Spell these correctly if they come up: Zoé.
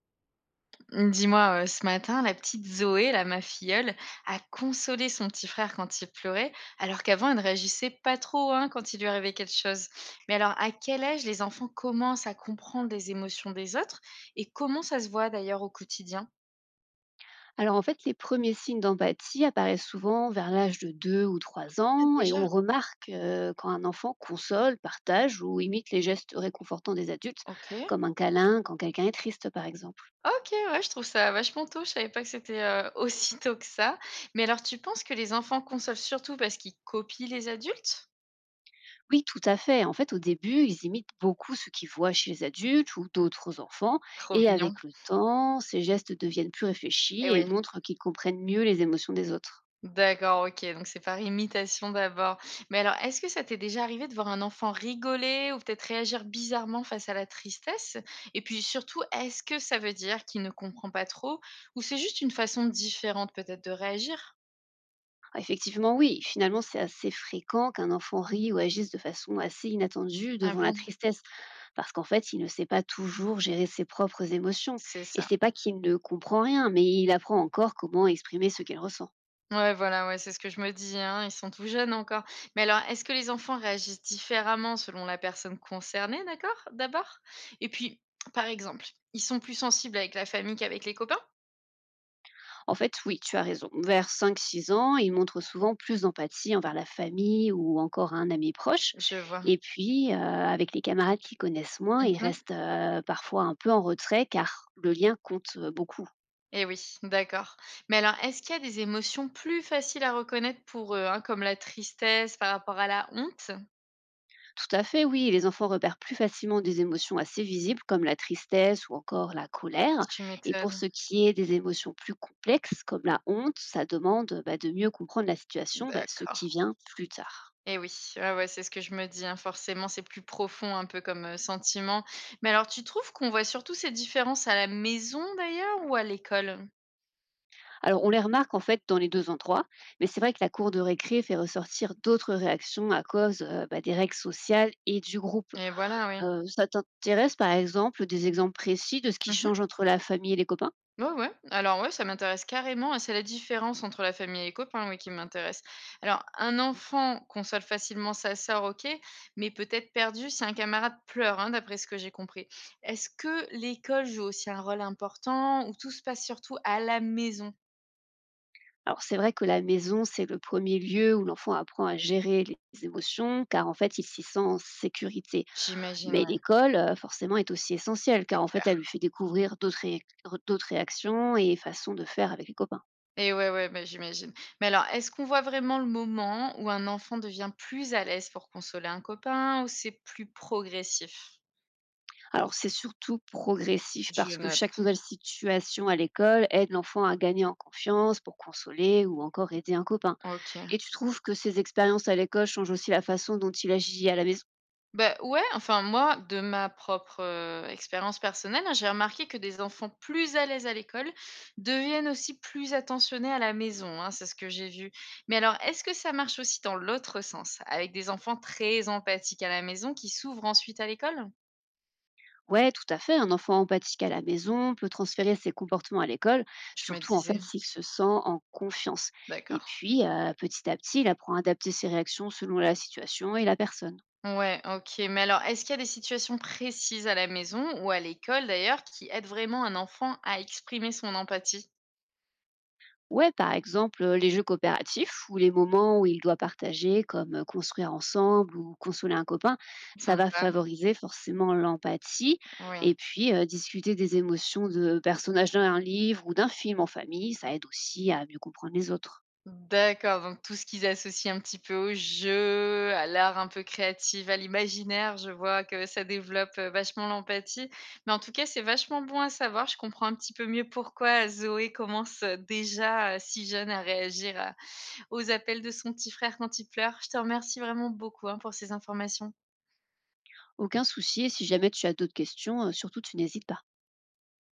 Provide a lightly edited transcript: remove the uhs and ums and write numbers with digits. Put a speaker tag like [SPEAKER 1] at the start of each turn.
[SPEAKER 1] Dis-moi, ce matin, la petite Zoé, là, ma filleule, a consolé son petit frère quand il pleurait, alors qu'avant elle ne réagissait pas trop, hein, quand il lui arrivait quelque chose. Mais alors, à quel âge les enfants commencent à comprendre les émotions des autres et comment ça se voit d'ailleurs au quotidien?
[SPEAKER 2] Alors en fait, les premiers signes d'empathie apparaissent souvent vers l'âge de deux ou trois
[SPEAKER 1] Ah
[SPEAKER 2] ans et
[SPEAKER 1] déjà?
[SPEAKER 2] on remarque quand un enfant console, partage ou imite les gestes réconfortants des adultes,
[SPEAKER 1] OK.
[SPEAKER 2] comme un câlin quand quelqu'un est triste par exemple.
[SPEAKER 1] OK, ouais, je trouve ça vachement tôt, je savais pas que c'était, aussi tôt que ça. Mais alors tu penses que les enfants consolent surtout parce qu'ils copient les adultes?
[SPEAKER 2] Oui, tout à fait. En fait, au début, ils imitent beaucoup ce qu'ils voient chez les adultes ou d'autres enfants
[SPEAKER 1] Trop
[SPEAKER 2] et
[SPEAKER 1] mignon.
[SPEAKER 2] avec le temps, ces gestes deviennent plus réfléchis
[SPEAKER 1] Eh
[SPEAKER 2] et
[SPEAKER 1] oui.
[SPEAKER 2] montrent qu'ils comprennent mieux les émotions des autres.
[SPEAKER 1] D'accord, OK, donc c'est par imitation d'abord. Mais alors, est-ce que ça t'est déjà arrivé de voir un enfant rigoler ou peut-être réagir bizarrement face à la tristesse? Et puis surtout, est-ce que ça veut dire qu'il ne comprend pas trop ou c'est juste une façon différente peut-être de réagir?
[SPEAKER 2] Ah, effectivement, oui. Finalement, c'est assez fréquent qu'un enfant rit ou agisse de façon assez inattendue
[SPEAKER 1] Ah
[SPEAKER 2] devant la
[SPEAKER 1] bon?
[SPEAKER 2] tristesse parce qu'en fait, il ne sait pas toujours gérer ses propres émotions.
[SPEAKER 1] C'est
[SPEAKER 2] Et
[SPEAKER 1] ça.
[SPEAKER 2] c'est pas qu'il ne comprend rien, mais il apprend encore comment exprimer ce qu'il ressent.
[SPEAKER 1] Ouais, voilà, ouais, c'est ce que je me dis, hein, ils sont tout jeunes encore. Mais alors, est-ce que les enfants réagissent différemment selon la personne concernée, d'accord? D'abord? Et puis, par exemple, ils sont plus sensibles avec la famille qu'avec les copains?
[SPEAKER 2] En fait, oui, tu as raison. Vers 5, 6 ans, il montre souvent plus d'empathie envers la famille ou encore un ami proche.
[SPEAKER 1] Je vois.
[SPEAKER 2] Et puis, avec les camarades qui connaissent moins, il reste parfois un peu en retrait car le lien compte beaucoup.
[SPEAKER 1] Et oui, d'accord. Mais alors, est-ce qu'il y a des émotions plus faciles à reconnaître pour eux, hein, comme la tristesse par rapport à la honte?
[SPEAKER 2] Tout à fait, oui. Les enfants repèrent plus facilement des émotions assez visibles comme la tristesse ou encore la colère.
[SPEAKER 1] Tu
[SPEAKER 2] Et pour
[SPEAKER 1] m'étonnes.
[SPEAKER 2] ce qui est des émotions plus complexes comme la honte, ça demande bah, de mieux comprendre la situation, bah, ce qui
[SPEAKER 1] D'accord.
[SPEAKER 2] vient plus tard.
[SPEAKER 1] Et oui, ouais, ouais, c'est ce que je me dis, hein, forcément, c'est plus profond un peu comme sentiment. Mais alors, tu trouves qu'on voit surtout ces différences à la maison d'ailleurs ou à l'école?
[SPEAKER 2] Alors on les remarque en fait dans les deux endroits, mais c'est vrai que la cour de récré fait ressortir d'autres réactions à cause bah, des règles sociales et du groupe.
[SPEAKER 1] Et voilà,
[SPEAKER 2] Ça t'intéresse par exemple des exemples précis de ce qui
[SPEAKER 1] oui.
[SPEAKER 2] change entre la famille et les copains?
[SPEAKER 1] Ouais, ouais. Alors ouais, ça m'intéresse carrément et c'est la différence entre la famille et les copains, oui, qui m'intéresse. Alors, un enfant console facilement sa sœur, ok, mais peut-être perdu si un camarade pleure, hein, d'après ce que j'ai compris. Est-ce que l'école joue aussi un rôle important ou tout se passe surtout à la maison?
[SPEAKER 2] Alors c'est vrai que la maison, c'est le premier lieu où l'enfant apprend à gérer les émotions, car en fait, il s'y sent en sécurité.
[SPEAKER 1] J'imagine,
[SPEAKER 2] Mais
[SPEAKER 1] ouais,
[SPEAKER 2] l'école, forcément, est aussi essentielle,
[SPEAKER 1] c'est
[SPEAKER 2] car en fait, elle lui
[SPEAKER 1] clair.
[SPEAKER 2] fait découvrir d'autres réactions et façons de faire avec les copains.
[SPEAKER 1] Et ouais, ouais, bah, j'imagine. Mais alors, est-ce qu'on voit vraiment le moment où un enfant devient plus à l'aise pour consoler un copain ou c'est plus progressif?
[SPEAKER 2] Alors c'est surtout progressif,
[SPEAKER 1] Je
[SPEAKER 2] parce que
[SPEAKER 1] note.
[SPEAKER 2] chaque nouvelle situation à l'école aide l'enfant à gagner en confiance pour consoler ou encore aider un copain.
[SPEAKER 1] Ok.
[SPEAKER 2] Et tu trouves que ces expériences à l'école changent aussi la façon dont il agit à la maison?
[SPEAKER 1] Bah, ouais, enfin moi, de ma propre, expérience personnelle, hein, j'ai remarqué que des enfants plus à l'aise à l'école deviennent aussi plus attentionnés à la maison, hein, c'est ce que j'ai vu. Mais alors, est-ce que ça marche aussi dans l'autre sens, avec des enfants très empathiques à la maison qui s'ouvrent ensuite à l'école?
[SPEAKER 2] Ouais, tout à fait. Un enfant empathique à la maison peut transférer ses comportements à l'école,
[SPEAKER 1] Je me
[SPEAKER 2] surtout en
[SPEAKER 1] disais.
[SPEAKER 2] fait s'il se sent en confiance. Et
[SPEAKER 1] D'accord.
[SPEAKER 2] puis, petit à petit, il apprend à adapter ses réactions selon la situation et la personne.
[SPEAKER 1] Ouais, OK. Mais alors, est-ce qu'il y a des situations précises à la maison ou à l'école d'ailleurs qui aident vraiment un enfant à exprimer son empathie?
[SPEAKER 2] Ouais, par exemple, les jeux coopératifs ou les moments où il doit partager comme, construire ensemble ou consoler un copain, ça va
[SPEAKER 1] Sympa,
[SPEAKER 2] favoriser forcément l'empathie
[SPEAKER 1] oui.
[SPEAKER 2] et puis, discuter des émotions de personnages d'un livre ou d'un film en famille, ça aide aussi à mieux comprendre les autres.
[SPEAKER 1] D'accord, donc tout ce qu'ils associent un petit peu au jeu, à l'art un peu créatif, à l'imaginaire, je vois que ça développe, vachement l'empathie. Mais en tout cas, c'est vachement bon à savoir. Je comprends un petit peu mieux pourquoi Zoé commence, déjà, si jeune à réagir à aux appels de son petit frère quand il pleure. Je te remercie vraiment beaucoup, hein, pour ces informations.
[SPEAKER 2] Aucun souci et si jamais tu as d'autres questions, surtout tu n'hésites pas.